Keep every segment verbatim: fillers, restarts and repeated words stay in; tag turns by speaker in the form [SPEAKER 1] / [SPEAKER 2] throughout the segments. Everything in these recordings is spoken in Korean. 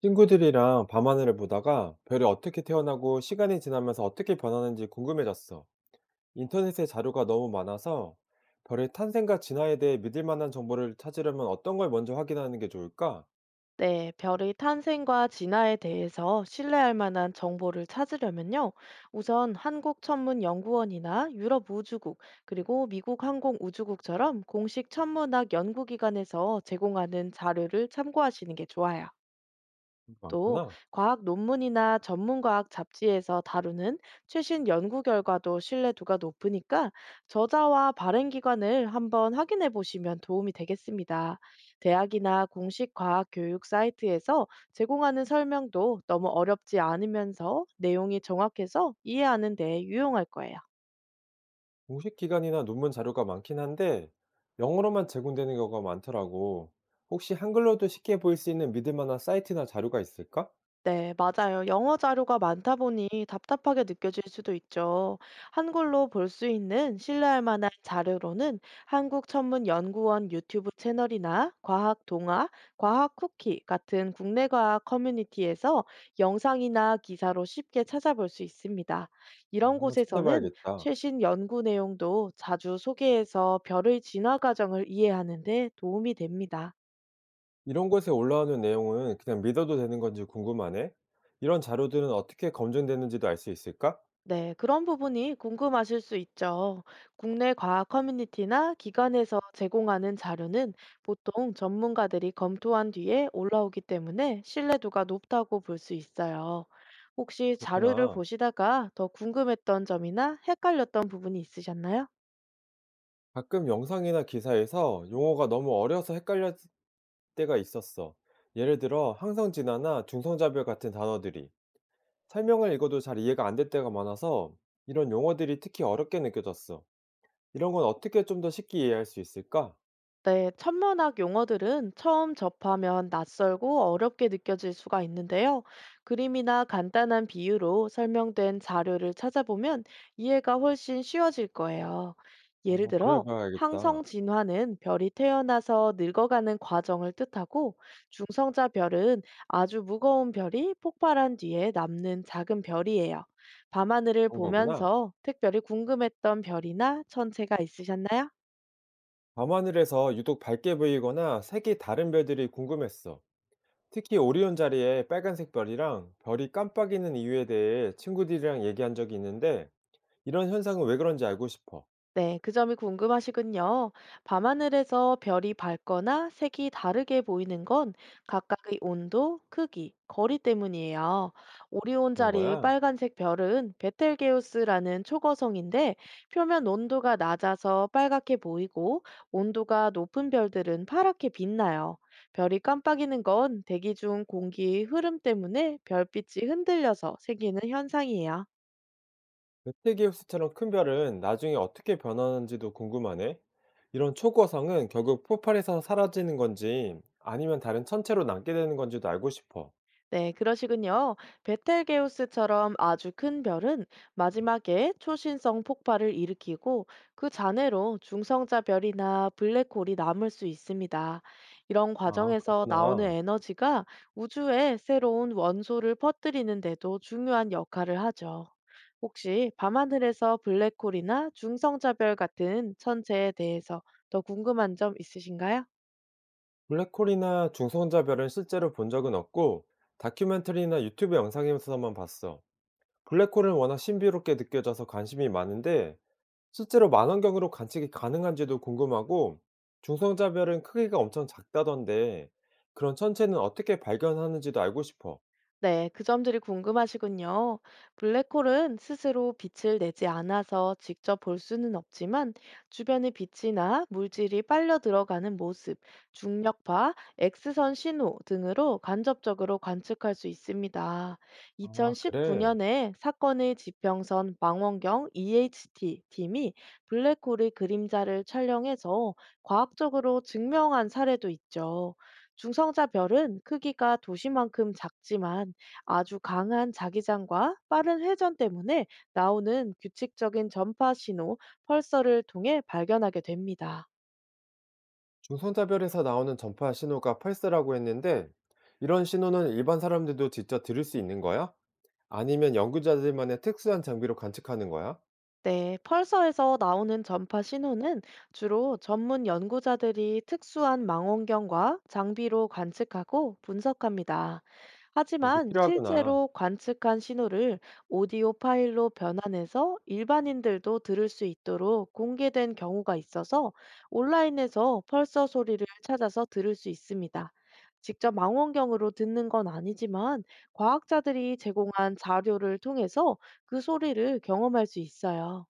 [SPEAKER 1] 친구들이랑 밤하늘을 보다가 별이 어떻게 태어나고 시간이 지나면서 어떻게 변하는지 궁금해졌어. 인터넷에 자료가 너무 많아서 별의 탄생과 진화에 대해 믿을 만한 정보를 찾으려면 어떤 걸 먼저 확인하는 게 좋을까?
[SPEAKER 2] 네, 별의 탄생과 진화에 대해서 신뢰할 만한 정보를 찾으려면요. 우선 한국천문연구원이나 유럽우주국, 그리고 미국항공우주국처럼 공식 천문학 연구기관에서 제공하는 자료를 참고하시는 게 좋아요. 또
[SPEAKER 1] 많구나.
[SPEAKER 2] 과학 논문이나 전문과학 잡지에서 다루는 최신 연구 결과도 신뢰도가 높으니까 저자와 발행 기관을 한번 확인해 보시면 도움이 되겠습니다. 대학이나 공식 과학 교육 사이트에서 제공하는 설명도 너무 어렵지 않으면서 내용이 정확해서 이해하는 데 유용할 거예요.
[SPEAKER 1] 공식 기관이나 논문 자료가 많긴 한데 영어로만 제공되는 경우가 많더라고. 혹시 한글로도 쉽게 보일 수 있는 믿을 만한 사이트나 자료가 있을까?
[SPEAKER 2] 네, 맞아요. 영어 자료가 많다 보니 답답하게 느껴질 수도 있죠. 한글로 볼 수 있는 신뢰할 만한 자료로는 한국천문연구원 유튜브 채널이나 과학 동화, 과학 쿠키 같은 국내 과학 커뮤니티에서 영상이나 기사로 쉽게 찾아볼 수 있습니다.
[SPEAKER 1] 어,
[SPEAKER 2] 이런
[SPEAKER 1] 한번
[SPEAKER 2] 곳에서는
[SPEAKER 1] 찾아봐야겠다.
[SPEAKER 2] 최신 연구 내용도 자주 소개해서 별의 진화 과정을 이해하는 데 도움이 됩니다.
[SPEAKER 1] 이런 곳에 올라오는 내용은 그냥 믿어도 되는 건지 궁금하네. 이런 자료들은 어떻게 검증되는지도 알 수 있을까?
[SPEAKER 2] 네, 그런 부분이 궁금하실 수 있죠. 국내 과학 커뮤니티나 기관에서 제공하는 자료는 보통 전문가들이 검토한 뒤에 올라오기 때문에 신뢰도가 높다고 볼 수 있어요. 혹시 자료를
[SPEAKER 1] 그렇구나.
[SPEAKER 2] 보시다가 더 궁금했던 점이나 헷갈렸던 부분이 있으셨나요?
[SPEAKER 1] 가끔 영상이나 기사에서 용어가 너무 어려서 헷갈릴 때가 있었어. 예를 들어 항성진화나 중성자별 같은 단어들이 설명을 읽어도 잘 이해가 안 될 때가 많아서 이런 용어들이 특히 어렵게 느껴졌어. 이런 건 어떻게 좀 더 쉽게 이해할 수 있을까?
[SPEAKER 2] 네, 천문학 용어들은 처음 접하면 낯설고 어렵게 느껴질 수가 있는데요. 그림이나 간단한 비유로 설명된 자료를 찾아보면 이해가 훨씬 쉬워질 거예요. 예를
[SPEAKER 1] 어, 그래
[SPEAKER 2] 들어, 항성
[SPEAKER 1] 봐야겠다.
[SPEAKER 2] 진화는 별이 태어나서 늙어가는 과정을 뜻하고, 중성자 별은 아주 무거운 별이 폭발한 뒤에 남는 작은 별이에요. 밤하늘을
[SPEAKER 1] 그런 거구나.
[SPEAKER 2] 보면서 특별히 궁금했던 별이나 천체가 있으셨나요?
[SPEAKER 1] 밤하늘에서 유독 밝게 보이거나 색이 다른 별들이 궁금했어. 특히 오리온 자리에 빨간색 별이랑 별이 깜빡이는 이유에 대해 친구들이랑 얘기한 적이 있는데 이런 현상은 왜 그런지 알고 싶어.
[SPEAKER 2] 네, 그 점이 궁금하시군요. 밤하늘에서 별이 밝거나 색이 다르게 보이는 건 각각의 온도, 크기, 거리 때문이에요. 오리온
[SPEAKER 1] 그런
[SPEAKER 2] 자리의
[SPEAKER 1] 거야?
[SPEAKER 2] 빨간색 별은 베텔게우스라는 초거성인데 표면 온도가 낮아서 빨갛게 보이고 온도가 높은 별들은 파랗게 빛나요. 별이 깜빡이는 건 대기 중 공기의 흐름 때문에 별빛이 흔들려서 생기는 현상이에요.
[SPEAKER 1] 메테기우스처럼 큰 별은 나중에 어떻게 변하는지도 궁금하네. 이런 초고성은 결국 폭발해서 사라지는 건지 아니면 다른 천체로 남게 되는 건지도 알고 싶어.
[SPEAKER 2] 네, 그러시군요. 베텔게우스처럼 아주 큰 별은 마지막에 초신성 폭발을 일으키고 그 잔해로 중성자 별이나 블랙홀이 남을 수 있습니다. 이런
[SPEAKER 1] 아,
[SPEAKER 2] 과정에서 나오는
[SPEAKER 1] 그렇구나.
[SPEAKER 2] 에너지가 우주에 새로운 원소를 퍼뜨리는 데도 중요한 역할을 하죠. 혹시 밤하늘에서 블랙홀이나 중성자 별 같은 천체에 대해서 더 궁금한 점 있으신가요?
[SPEAKER 1] 블랙홀이나 중성자별은 실제로 본 적은 없고 다큐멘터리나 유튜브 영상에서만 봤어. 블랙홀은 워낙 신비롭게 느껴져서 관심이 많은데 실제로 만원경으로 관측이 가능한지도 궁금하고 중성자별은 크기가 엄청 작다던데 그런 천체는 어떻게 발견하는지도 알고 싶어.
[SPEAKER 2] 네, 그 점들이 궁금하시군요. 블랙홀은 스스로 빛을 내지 않아서 직접 볼 수는 없지만 주변의 빛이나 물질이 빨려 들어가는 모습, 중력파, X선 신호 등으로 간접적으로 관측할 수 있습니다.
[SPEAKER 1] 아, 그래.
[SPEAKER 2] 이천십구 년에 사건의 지평선 망원경 이에이치티 팀이 블랙홀의 그림자를 촬영해서 과학적으로 증명한 사례도 있죠. 중성자 별은 크기가 도시만큼 작지만 아주 강한 자기장과 빠른 회전 때문에 나오는 규칙적인 전파 신호, 펄서를 통해 발견하게 됩니다.
[SPEAKER 1] 중성자별에서 나오는 전파 신호가 펄스라고 했는데 이런 신호는 일반 사람들도 직접 들을 수 있는 거야? 아니면 연구자들만의 특수한 장비로 관측하는 거야?
[SPEAKER 2] 네, 펄서에서 나오는 전파 신호는 주로 전문 연구자들이 특수한 망원경과 장비로 관측하고 분석합니다.
[SPEAKER 1] 그게
[SPEAKER 2] 하지만
[SPEAKER 1] 필요하구나.
[SPEAKER 2] 실제로 관측한 신호를 오디오 파일로 변환해서 일반인들도 들을 수 있도록 공개된 경우가 있어서 온라인에서 펄서 소리를 찾아서 들을 수 있습니다. 직접 망원경으로 듣는 건 아니지만 과학자들이 제공한 자료를 통해서 그 소리를 경험할 수 있어요.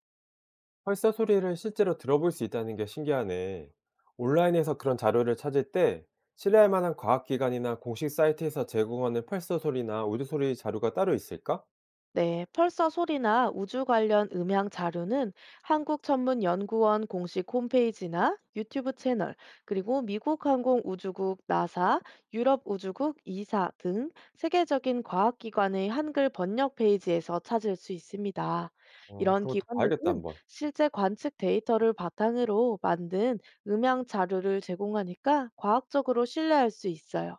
[SPEAKER 1] 설사 소리를 실제로 들어볼 수 있다는 게 신기하네. 온라인에서 그런 자료를 찾을 때 신뢰할 만한 과학기관이나 공식 사이트에서 제공하는 펄사 소리나 우주 소리 자료가 따로 있을까?
[SPEAKER 2] 네, 펄서 소리나 우주 관련 음향 자료는 한국천문연구원 공식 홈페이지나 유튜브 채널, 그리고 미국 항공우주국 나사, 유럽우주국 이사 등 세계적인 과학기관의 한글 번역 페이지에서 찾을 수 있습니다.
[SPEAKER 1] 어,
[SPEAKER 2] 이런
[SPEAKER 1] 그런 것도 봐야겠다,
[SPEAKER 2] 기관들은
[SPEAKER 1] 한번.
[SPEAKER 2] 실제 관측 데이터를 바탕으로 만든 음향 자료를 제공하니까 과학적으로 신뢰할 수 있어요.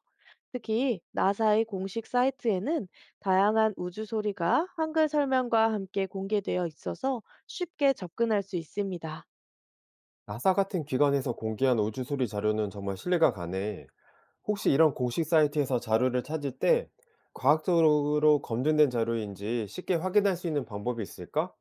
[SPEAKER 2] 특히 나사의 공식 사이트에는 다양한 우주 소리가 한글 설명과 함께 공개되어 있어서 쉽게 접근할 수 있습니다.
[SPEAKER 1] 나사 같은 기관에서 공개한 우주 소리 자료는 정말 신뢰가 가네. 혹시 이런 공식 사이트에서 자료를 찾을 때 과학적으로 검증된 자료인지 쉽게 확인할 수 있는 방법이 있을까?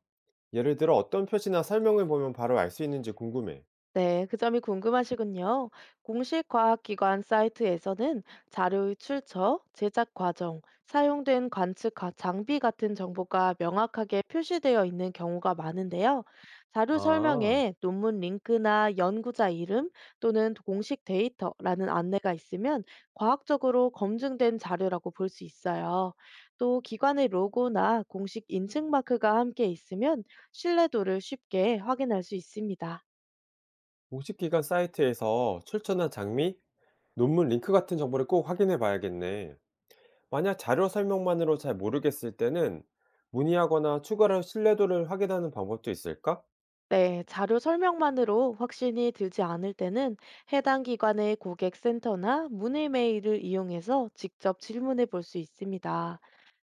[SPEAKER 1] 예를 들어 어떤 표시나 설명을 보면 바로 알 수 있는지 궁금해.
[SPEAKER 2] 네, 그 점이 궁금하시군요. 공식 과학기관 사이트에서는 자료의 출처, 제작 과정, 사용된 관측 가- 장비 같은 정보가 명확하게 표시되어 있는 경우가 많은데요. 자료
[SPEAKER 1] 아.
[SPEAKER 2] 설명에 논문 링크나 연구자 이름 또는 공식 데이터라는 안내가 있으면 과학적으로 검증된 자료라고 볼 수 있어요. 또 기관의 로고나 공식 인증 마크가 함께 있으면 신뢰도를 쉽게 확인할 수 있습니다.
[SPEAKER 1] 공식기관 사이트에서 출처나 장미, 논문 링크 같은 정보를 꼭 확인해 봐야겠네. 만약 자료 설명만으로 잘 모르겠을 때는 문의하거나 추가로 신뢰도를 확인하는 방법도 있을까?
[SPEAKER 2] 네, 자료 설명만으로 확신이 들지 않을 때는 해당 기관의 고객센터나 문의 메일을 이용해서 직접 질문해 볼 수 있습니다.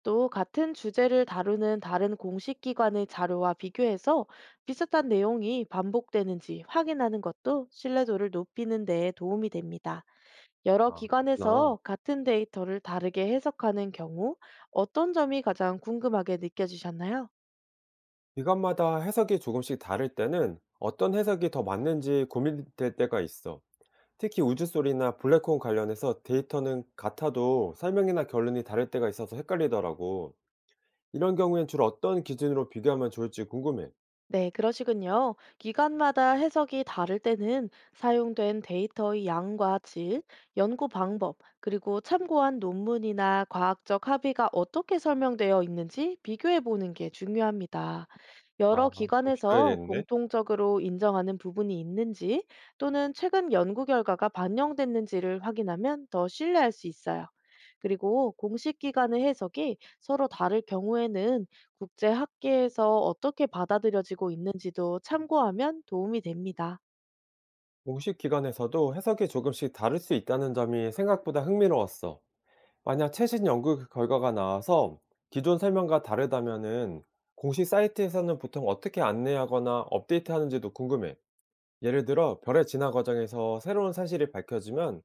[SPEAKER 2] 또 같은 주제를 다루는 다른 공식 기관의 자료와 비교해서 비슷한 내용이 반복되는지 확인하는 것도 신뢰도를 높이는 데 도움이 됩니다. 여러
[SPEAKER 1] 아, 그렇구나.
[SPEAKER 2] 기관에서 같은 데이터를 다르게 해석하는 경우 어떤 점이 가장 궁금하게 느껴지셨나요?
[SPEAKER 1] 기관마다 해석이 조금씩 다를 때는 어떤 해석이 더 맞는지 고민될 때가 있어. 특히 우주소리나 블랙홀 관련해서 데이터는 같아도 설명이나 결론이 다를 때가 있어서 헷갈리더라고. 이런 경우엔 주로 어떤 기준으로 비교하면 좋을지 궁금해.
[SPEAKER 2] 네, 그러시군요. 기관마다 해석이 다를 때는 사용된 데이터의 양과 질, 연구 방법, 그리고 참고한 논문이나 과학적 합의가 어떻게 설명되어 있는지 비교해 보는 게 중요합니다. 여러
[SPEAKER 1] 아, 또
[SPEAKER 2] 기관에서
[SPEAKER 1] 비교해야겠네.
[SPEAKER 2] 공통적으로 인정하는 부분이 있는지 또는 최근 연구 결과가 반영됐는지를 확인하면 더 신뢰할 수 있어요. 그리고 공식 기관의 해석이 서로 다를 경우에는 국제 학계에서 어떻게 받아들여지고 있는지도 참고하면 도움이 됩니다.
[SPEAKER 1] 공식 기관에서도 해석이 조금씩 다를 수 있다는 점이 생각보다 흥미로웠어. 만약 최신 연구 결과가 나와서 기존 설명과 다르다면은 공식 사이트에서는 보통 어떻게 안내하거나 업데이트하는지도 궁금해. 예를 들어 별의 진화 과정에서 새로운 사실이 밝혀지면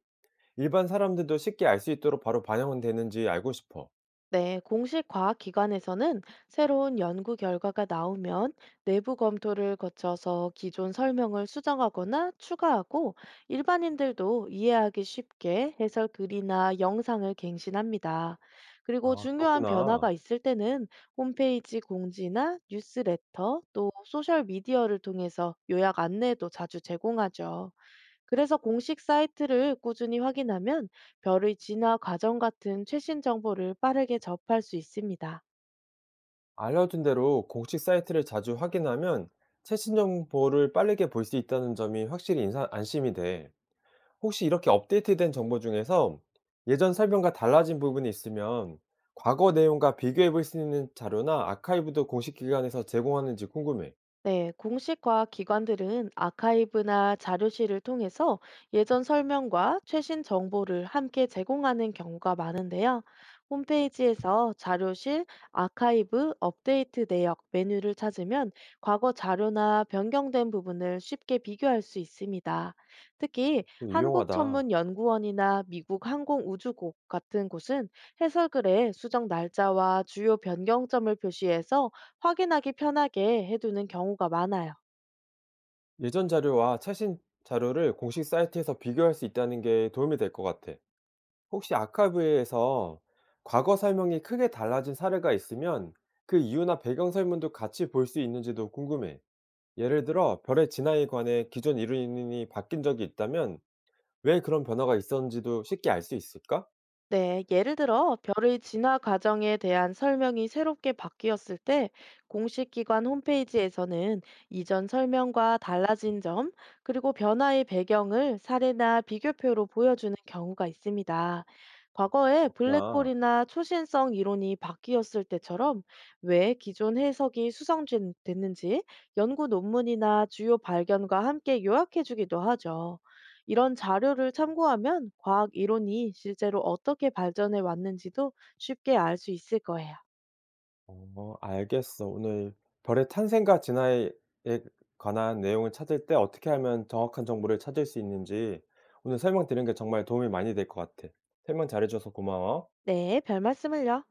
[SPEAKER 1] 일반 사람들도 쉽게 알 수 있도록 바로 반영되는지 알고 싶어.
[SPEAKER 2] 네, 공식 과학기관에서는 새로운 연구 결과가 나오면 내부 검토를 거쳐서 기존 설명을 수정하거나 추가하고 일반인들도 이해하기 쉽게 해설 글이나 영상을 갱신합니다. 그리고
[SPEAKER 1] 아,
[SPEAKER 2] 중요한 변화가
[SPEAKER 1] 그렇구나.
[SPEAKER 2] 있을 때는 홈페이지 공지나 뉴스레터 또 소셜미디어를 통해서 요약 안내도 자주 제공하죠. 그래서 공식 사이트를 꾸준히 확인하면 별의 진화 과정 같은 최신 정보를 빠르게 접할 수 있습니다.
[SPEAKER 1] 알려준 대로 공식 사이트를 자주 확인하면 최신 정보를 빠르게 볼 수 있다는 점이 확실히 인사- 안심이 돼. 혹시 이렇게 업데이트된 정보 중에서 예전 설명과 달라진 부분이 있으면 과거 내용과 비교해 볼 수 있는 자료나 아카이브도 공식 기관에서 제공하는지 궁금해.
[SPEAKER 2] 네, 공식과 기관들은 아카이브나 자료실을 통해서 예전 설명과 최신 정보를 함께 제공하는 경우가 많은데요. 홈페이지에서 자료실, 아카이브, 업데이트 내역 메뉴를 찾으면 과거 자료나 변경된 부분을 쉽게 비교할 수 있습니다. 특히
[SPEAKER 1] 되게 유용하다.
[SPEAKER 2] 한국천문연구원이나 미국 항공우주국 같은 곳은 해설글에 수정 날짜와 주요 변경점을 표시해서 확인하기 편하게 해두는 경우가 많아요.
[SPEAKER 1] 예전 자료와 최신 자료를 공식 사이트에서 비교할 수 있다는 게 도움이 될 것 같아. 혹시 아카이브에서 과거 설명이 크게 달라진 사례가 있으면 그 이유나 배경 설명도 같이 볼 수 있는지도 궁금해. 예를 들어 별의 진화에 관해 기존 이론이 바뀐 적이 있다면 왜 그런 변화가 있었는지도 쉽게 알 수 있을까?
[SPEAKER 2] 네, 예를 들어 별의 진화 과정에 대한 설명이 새롭게 바뀌었을 때 공식 기관 홈페이지에서는 이전 설명과 달라진 점, 그리고 변화의 배경을 사례나 비교표로 보여주는 경우가 있습니다. 과거에
[SPEAKER 1] 그렇구나.
[SPEAKER 2] 블랙홀이나 초신성 이론이 바뀌었을 때처럼 왜 기존 해석이 수정됐는지 연구 논문이나 주요 발견과 함께 요약해주기도 하죠. 이런 자료를 참고하면 과학 이론이 실제로 어떻게 발전해 왔는지도 쉽게 알 수 있을 거예요.
[SPEAKER 1] 어, 알겠어. 오늘 별의 탄생과 진화에 관한 내용을 찾을 때 어떻게 하면 정확한 정보를 찾을 수 있는지 오늘 설명 들은 게 정말 도움이 많이 될 것 같아. 설명 잘해 줘서 고마워.
[SPEAKER 2] 네, 별 말씀을요.